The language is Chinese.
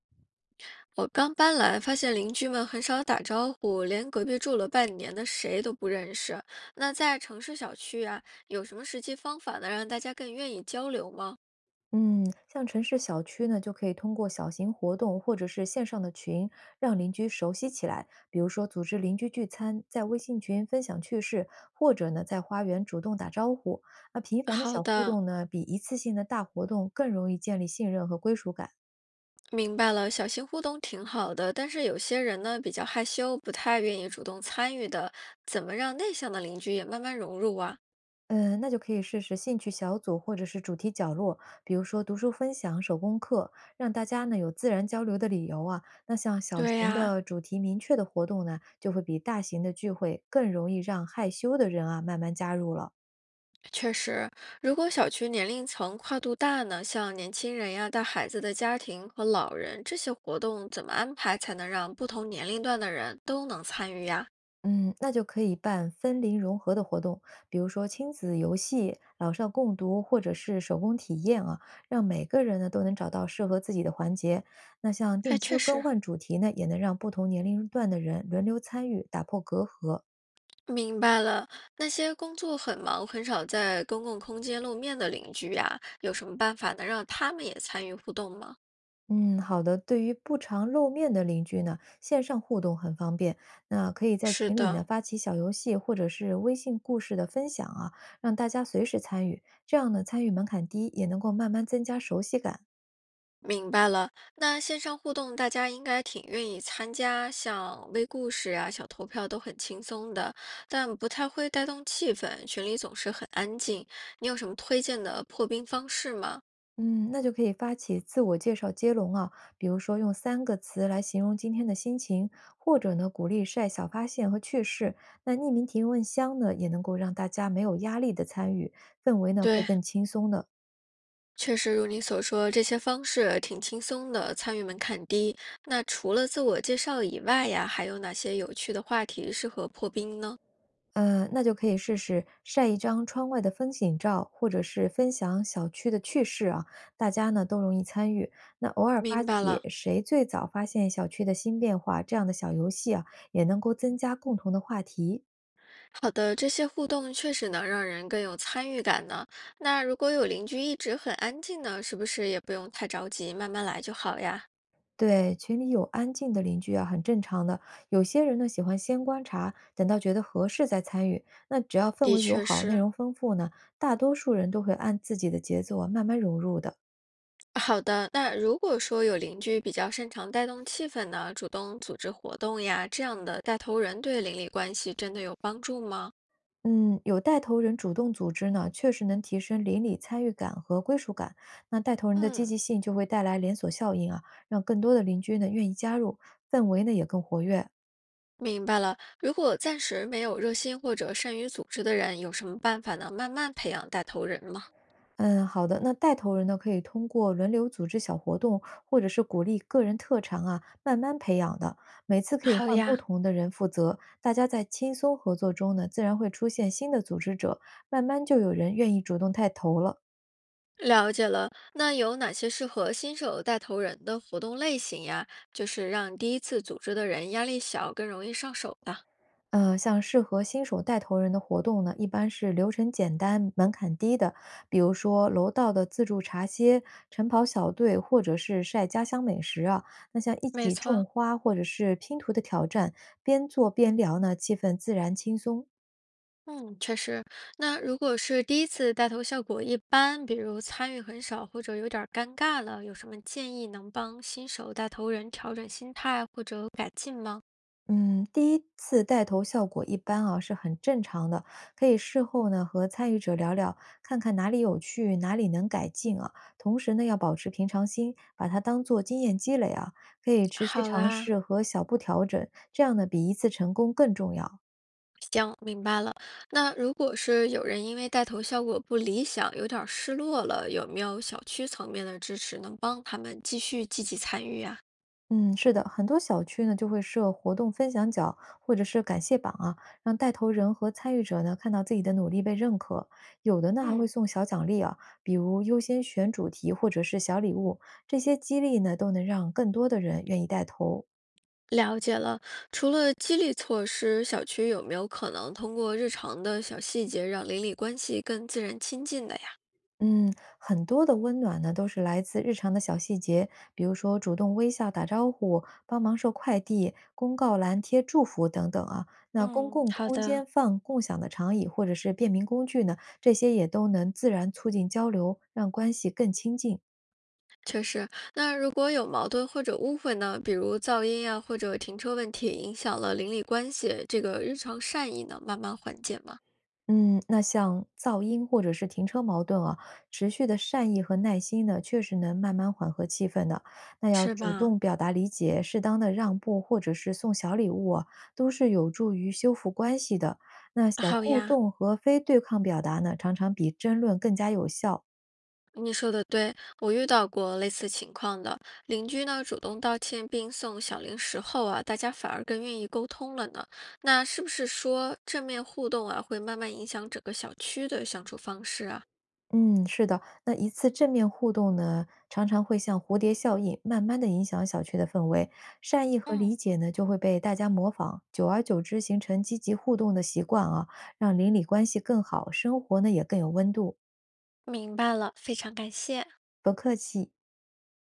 我刚搬来，发现邻居们很少打招呼，连隔壁住了半年的谁都不认识。那在城市小区啊，有什么实际方法能让大家更愿意交流吗？嗯，像城市小区呢，就可以通过小型活动或者是线上的群，让邻居熟悉起来。比如说，组织邻居聚餐，在微信群分享趣事，或者呢，在花园主动打招呼。那频繁的好小互的，动呢，比一次性的大活动更容易建立信任和归属感。明白了，小型互动挺好的，但是有些人呢比较害羞，不太愿意主动参与的，怎么让内向的邻居也慢慢融入啊？嗯，那就可以试试兴趣小组或者是主题角落，比如说读书分享、手工课，让大家呢有自然交流的理由啊。那像小对型呀、的主题明确的活动呢，就会比大型的聚会更容易让害羞的人啊慢慢加入了。确实，如果小区年龄层跨度大呢，像年轻人呀、带孩子的家庭和老人，这些活动怎么安排才能让不同年龄段的人都能参与呀？嗯，那就可以办森林融合的活动，比如说亲子游戏、老少共读，或者是手工体验啊，让每个人呢都能找到适合自己的环节。那像哎，定期确更实，换主题呢，也能让不同年龄段的人轮流参与，打破隔阂。明白了。那些工作很忙、很少在公共空间露面的邻居呀，有什么办法能让他们也参与互动吗？嗯，好的。对于不常露面的邻居呢，线上互动很方便。那可以在是群里呢的，发起小游戏，或者是微信故事的分享啊，让大家随时参与。这样呢，参与门槛低，也能够慢慢增加熟悉感。明白了，那线上互动大家应该挺愿意参加，像微故事啊、小投票都很轻松的，但不太会带动气氛，群里总是很安静。你有什么推荐的破冰方式吗？嗯，那就可以发起自我介绍接龙啊，比如说用3个词来形容今天的心情，或者呢鼓励晒小发现和趣事。那匿名提问箱呢，也能够让大家没有压力的参与，氛围呢会对，更轻松的。确实如你所说，这些方式挺轻松的，参与门槛低。那除了自我介绍以外呀，还有哪些有趣的话题适合破冰呢？那就可以试试晒一张窗外的风景照，或者是分享小区的趣事啊，大家呢都容易参与。那偶尔发明白起了。谁最早发现小区的新变化这样的小游戏啊，也能够增加共同的话题。好的，这些互动确实能让人更有参与感呢。那如果有邻居一直很安静呢，是不是也不用太着急，慢慢来就好呀？对，群里有安静的邻居啊，很正常的。有些人呢喜欢先观察，等到觉得合适再参与。那只要氛的围友确好、内是。容丰富呢，大多数人都会按自己的节奏啊慢慢融入的。好的，那如果说有邻居比较擅长带动气氛呢，主动组织活动呀，这样的带头人对邻里关系真的有帮助吗？嗯，有带头人主动组织呢，确实能提升邻里参与感和归属感。那带头人的积嗯，极性就会带来连锁效应啊，让更多的邻居呢愿意加入，氛围呢也更活跃。明白了。如果暂时没有热心或者善于组织的人，有什么办法呢？慢慢培养带头人吗？嗯，好的。那带头人呢，可以通过轮流组织小活动，或者是鼓励个人特长啊，慢慢培养的。每次可以好换不呀，同的人负责，大家在轻松合作中呢，自然会出现新的组织者，慢慢就有人愿意主动带头了。了解了，那有哪些适合新手带头人的活动类型呀？就是让第一次组织的人压力小，更容易上手的。像适合新手带头人的活动呢，一般是流程简单、门槛低的，比如说楼道的自助茶歇、晨跑小队，或者是晒家乡美食啊。那像一没起种错，花或者是拼图的挑战，边做边聊呢，气氛自然轻松。嗯，确实。那如果是第一次带头效果一般，比如参与很少或者有点儿尴尬了，有什么建议能帮新手带头人调整心态或者改进吗？嗯，第一次带头效果一般啊，是很正常的。可以事后呢和参与者聊聊，看看哪里有趣，哪里能改进啊。同时呢，要保持平常心，把它当做经验积累啊，可以持续好尝啊，试和小步调整，这样呢比一次成功更重要。行，明白了。那如果是有人因为带头效果不理想，有点儿失落了，有没有小区层面的支持能帮他们继续积极参与啊？嗯，是的，很多小区呢就会设活动分享角或者是感谢榜啊，让带头人和参与者呢看到自己的努力被认可。有的呢还会嗯，送小奖励啊，比如优先选主题或者是小礼物，这些激励呢都能让更多的人愿意带头。了解了，除了激励措施，小区有没有可能通过日常的小细节让邻里关系更自然亲近的呀？嗯，很多的温暖呢，都是来自日常的小细节，比如说主动微笑打招呼、帮忙收快递、公告栏贴祝福等等啊。那公嗯，共好空间的。放共享的长椅或者是便民工具呢，这些也都能自然促进交流，让关系更亲近。确实，那如果有矛盾或者误会呢，比如噪音呀、或者停车问题影响了邻里关系，这个日常善意能慢慢缓解吗？嗯，那像噪音或者是停车矛盾啊，持续的善意和耐心呢，确实能慢慢缓和气氛的。那要是主吧？动表达理解，适当的让步或者是送小礼物啊，都是有助于修复关系的。那小好互呀，动和非对抗表达呢，常常比争论更加有效。你说的对，我遇到过类似情况的。邻居呢主动道歉并送小零食后啊，大家反而更愿意沟通了呢。那是不是说正面互动啊，会慢慢影响整个小区的相处方式啊？嗯，是的，那一次正面互动呢，常常会像蝴蝶效应，慢慢的影响小区的氛围，善意和理嗯，解呢就会被大家模仿，久而久之形成积极互动的习惯啊，让邻里关系更好，生活呢也更有温度。明白了，非常感谢。不客气。